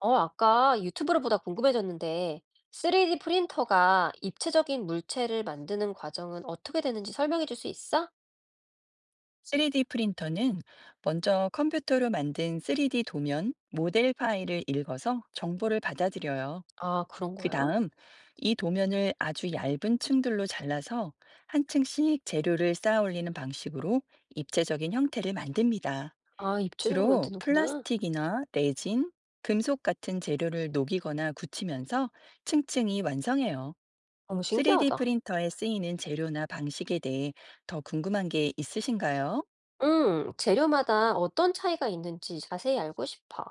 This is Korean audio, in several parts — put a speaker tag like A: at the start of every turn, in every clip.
A: 어, 아까 유튜브를 보다 궁금해졌는데, 3D 프린터가 입체적인 물체를 만드는 과정은 어떻게 되는지 설명해 줄 수 있어?
B: 3D 프린터는 먼저 컴퓨터로 만든 3D 도면, 모델 파일을 읽어서 정보를 받아들여요.
A: 아, 그런
B: 그
A: 거야?
B: 다음 이 도면을 아주 얇은 층들로 잘라서 한 층씩 재료를 쌓아 올리는 방식으로 입체적인 형태를 만듭니다.
A: 아, 입체적으로
B: 주로
A: 만드는구나.
B: 플라스틱이나 레진, 금속 같은 재료를 녹이거나 굳히면서 층층이 완성해요.
A: 너무
B: 3D
A: 신기하다.
B: 프린터에 쓰이는 재료나 방식에 대해 더 궁금한 게 있으신가요?
A: 재료마다 어떤 차이가 있는지 자세히 알고 싶어.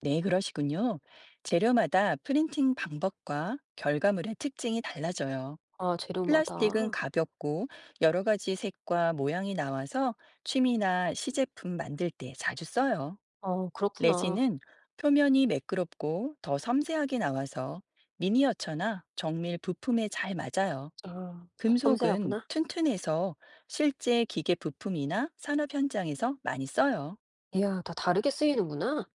B: 네, 그러시군요. 재료마다 프린팅 방법과 결과물의 특징이 달라져요.
A: 아,
B: 플라스틱은
A: 재료마다.
B: 가볍고 여러 가지 색과 모양이 나와서 취미나 시제품 만들 때 자주 써요.
A: 어, 그렇구나.
B: 레진은 표면이 매끄럽고 더 섬세하게 나와서 미니어처나 정밀 부품에 잘 맞아요.
A: 아, 다
B: 금속은
A: 섬세하구나.
B: 튼튼해서 실제 기계 부품이나 산업 현장에서 많이 써요.
A: 이야, 다 다르게 쓰이는구나.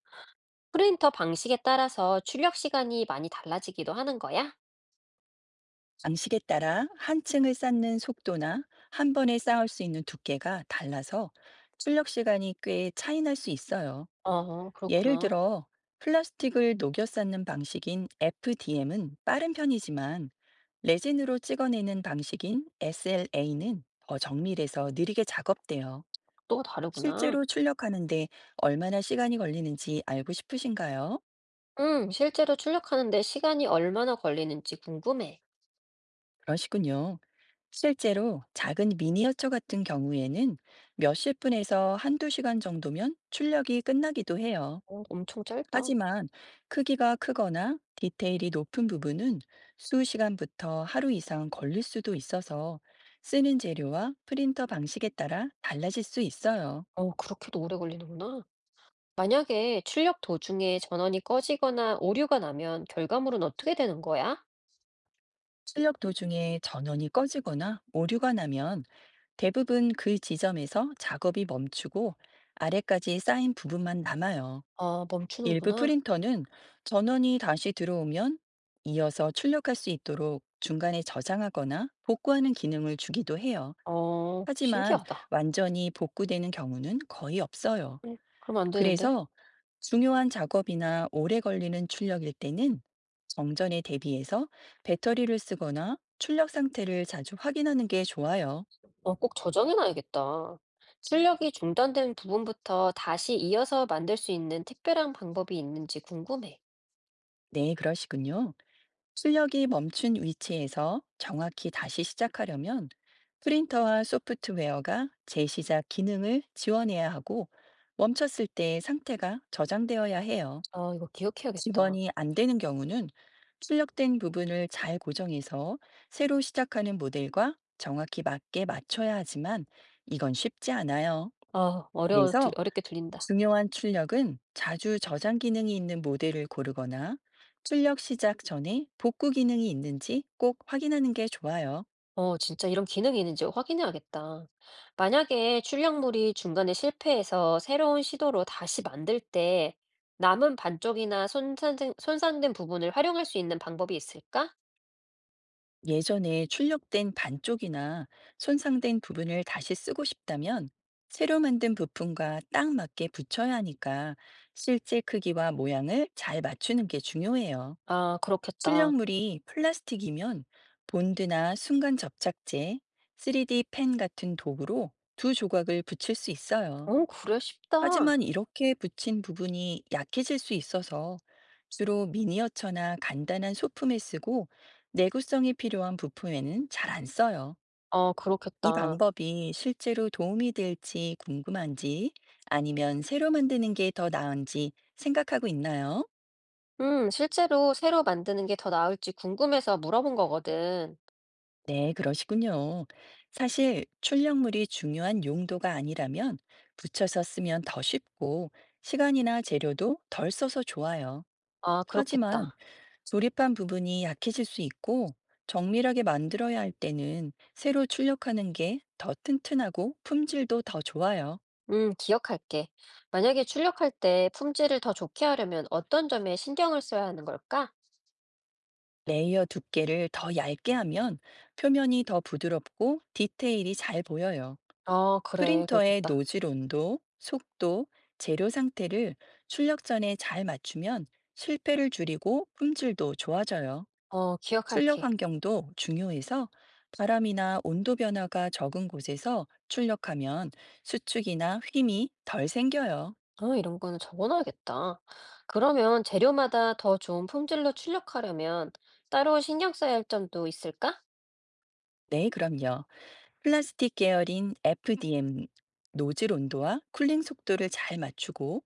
A: 프린터 방식에 따라서 출력 시간이 많이 달라지기도 하는 거야?
B: 방식에 따라 한 층을 쌓는 속도나 한 번에 쌓을 수 있는 두께가 달라서 출력 시간이 꽤 차이 날 수 있어요.
A: 어,
B: 예를
A: 그렇구나.
B: 들어 플라스틱을 녹여 쌓는 방식인 FDM은 빠른 편이지만 레진으로 찍어내는 방식인 SLA는 더 정밀해서 느리게 작업돼요.
A: 또 다르구나.
B: 실제로 출력하는데 얼마나 시간이 걸리는지 알고 싶으신가요?
A: 실제로 출력하는데 시간이 얼마나 걸리는지 궁금해.
B: 그러시군요. 실제로 작은 미니어처 같은 경우에는 몇십 분에서 한두 시간 정도면 출력이 끝나기도 해요.
A: 어, 엄청 짧다.
B: 하지만 크기가 크거나 디테일이 높은 부분은 수시간부터 하루 이상 걸릴 수도 있어서 쓰는 재료와 프린터 방식에 따라 달라질 수 있어요.
A: 어, 그렇게도 오래 걸리는구나. 만약에 출력 도중에 전원이 꺼지거나 오류가 나면 결과물은 어떻게 되는 거야?
B: 출력 도중에 전원이 꺼지거나 오류가 나면 대부분 그 지점에서 작업이 멈추고 아래까지 쌓인 부분만 남아요.
A: 아,
B: 일부
A: 멈추는구나.
B: 프린터는 전원이 다시 들어오면 이어서 출력할 수 있도록 중간에 저장하거나 복구하는 기능을 주기도 해요.
A: 어,
B: 하지만
A: 신기하다.
B: 완전히 복구되는 경우는 거의 없어요.
A: 그럼 안 되는데.
B: 그래서 중요한 작업이나 오래 걸리는 출력일 때는 정전에 대비해서 배터리를 쓰거나 출력 상태를 자주 확인하는 게 좋아요.
A: 어, 꼭 저장해놔야겠다. 출력이 중단된 부분부터 다시 이어서 만들 수 있는 특별한 방법이 있는지 궁금해.
B: 네, 그러시군요. 출력이 멈춘 위치에서 정확히 다시 시작하려면 프린터와 소프트웨어가 재시작 기능을 지원해야 하고 멈췄을 때 상태가 저장되어야 해요.
A: 아, 이거 기억해야겠다.
B: 지원이 안 되는 경우는 출력된 부분을 잘 고정해서 새로 시작하는 모델과 정확히 맞게 맞춰야 하지만 이건 쉽지 않아요.
A: 아, 어려워,
B: 그래서
A: 어렵게 들린다.
B: 중요한 출력은 자주 저장 기능이 있는 모델을 고르거나 출력 시작 전에 복구 기능이 있는지 꼭 확인하는 게 좋아요.
A: 어, 진짜 이런 기능이 있는지 확인해야겠다. 만약에 출력물이 중간에 실패해서 새로운 시도로 다시 만들 때 남은 반쪽이나 손상된 부분을 활용할 수 있는 방법이 있을까?
B: 예전에 출력된 반쪽이나 손상된 부분을 다시 쓰고 싶다면 새로 만든 부품과 딱 맞게 붙여야 하니까 실제 크기와 모양을 잘 맞추는 게 중요해요.
A: 아, 그렇겠다.
B: 출력물이 플라스틱이면 본드나 순간 접착제, 3D 펜 같은 도구로 두 조각을 붙일 수 있어요.
A: 어, 그래, 쉽다.
B: 하지만 이렇게 붙인 부분이 약해질 수 있어서 주로 미니어처나 간단한 소품에 쓰고 내구성이 필요한 부품에는 잘 안 써요.
A: 어,
B: 이
A: 그렇겠다.
B: 방법이 실제로 도움이 될지 궁금한지 아니면 새로 만드는 게 더 나은지 생각하고 있나요?
A: 실제로 새로 만드는 게 더 나을지 궁금해서 물어본 거거든.
B: 네, 그러시군요. 사실 출력물이 중요한 용도가 아니라면 붙여서 쓰면 더 쉽고 시간이나 재료도 덜 써서 좋아요.
A: 아,
B: 하지만
A: 그렇겠다.
B: 조립한 부분이 약해질 수 있고 정밀하게 만들어야 할 때는 새로 출력하는 게 더 튼튼하고 품질도 더 좋아요.
A: 기억할게. 만약에 출력할 때 품질을 더 좋게 하려면 어떤 점에 신경을 써야 하는 걸까?
B: 레이어 두께를 더 얇게 하면 표면이 더 부드럽고 디테일이 잘 보여요.
A: 아 그래.
B: 프린터의
A: 그렇겠다.
B: 노즐 온도, 속도, 재료 상태를 출력 전에 잘 맞추면 실패를 줄이고 품질도 좋아져요.
A: 어
B: 출력
A: 기억할게.
B: 환경도 중요해서 바람이나 온도 변화가 적은 곳에서 출력하면 수축이나 휨이 덜 생겨요.
A: 어 이런 거는 적어 놔야겠다. 그러면 재료마다 더 좋은 품질로 출력하려면 따로 신경 써야 할 점도 있을까?
B: 네, 그럼요. 플라스틱 계열인 FDM, 노즐 온도와 쿨링 속도를 잘 맞추고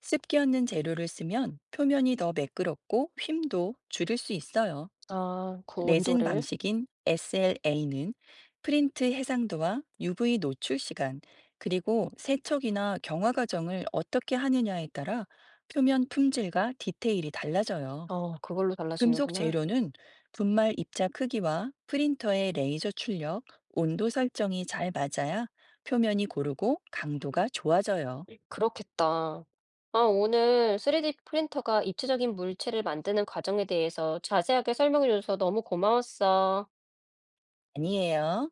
B: 습기 없는 재료를 쓰면 표면이 더 매끄럽고 휨도 줄일 수 있어요.
A: 아 그
B: 레진
A: 온도를.
B: 방식인 SLA는 프린트 해상도와 UV 노출 시간, 그리고 세척이나 경화 과정을 어떻게 하느냐에 따라 표면 품질과 디테일이 달라져요.
A: 어 그걸로
B: 금속
A: 달라지는구나.
B: 재료는 분말 입자 크기와 프린터의 레이저 출력, 온도 설정이 잘 맞아야 표면이 고르고 강도가 좋아져요.
A: 그렇겠다. 아 오늘 3D 프린터가 입체적인 물체를 만드는 과정에 대해서 자세하게 설명해 줘서 너무 고마웠어.
B: 아니에요.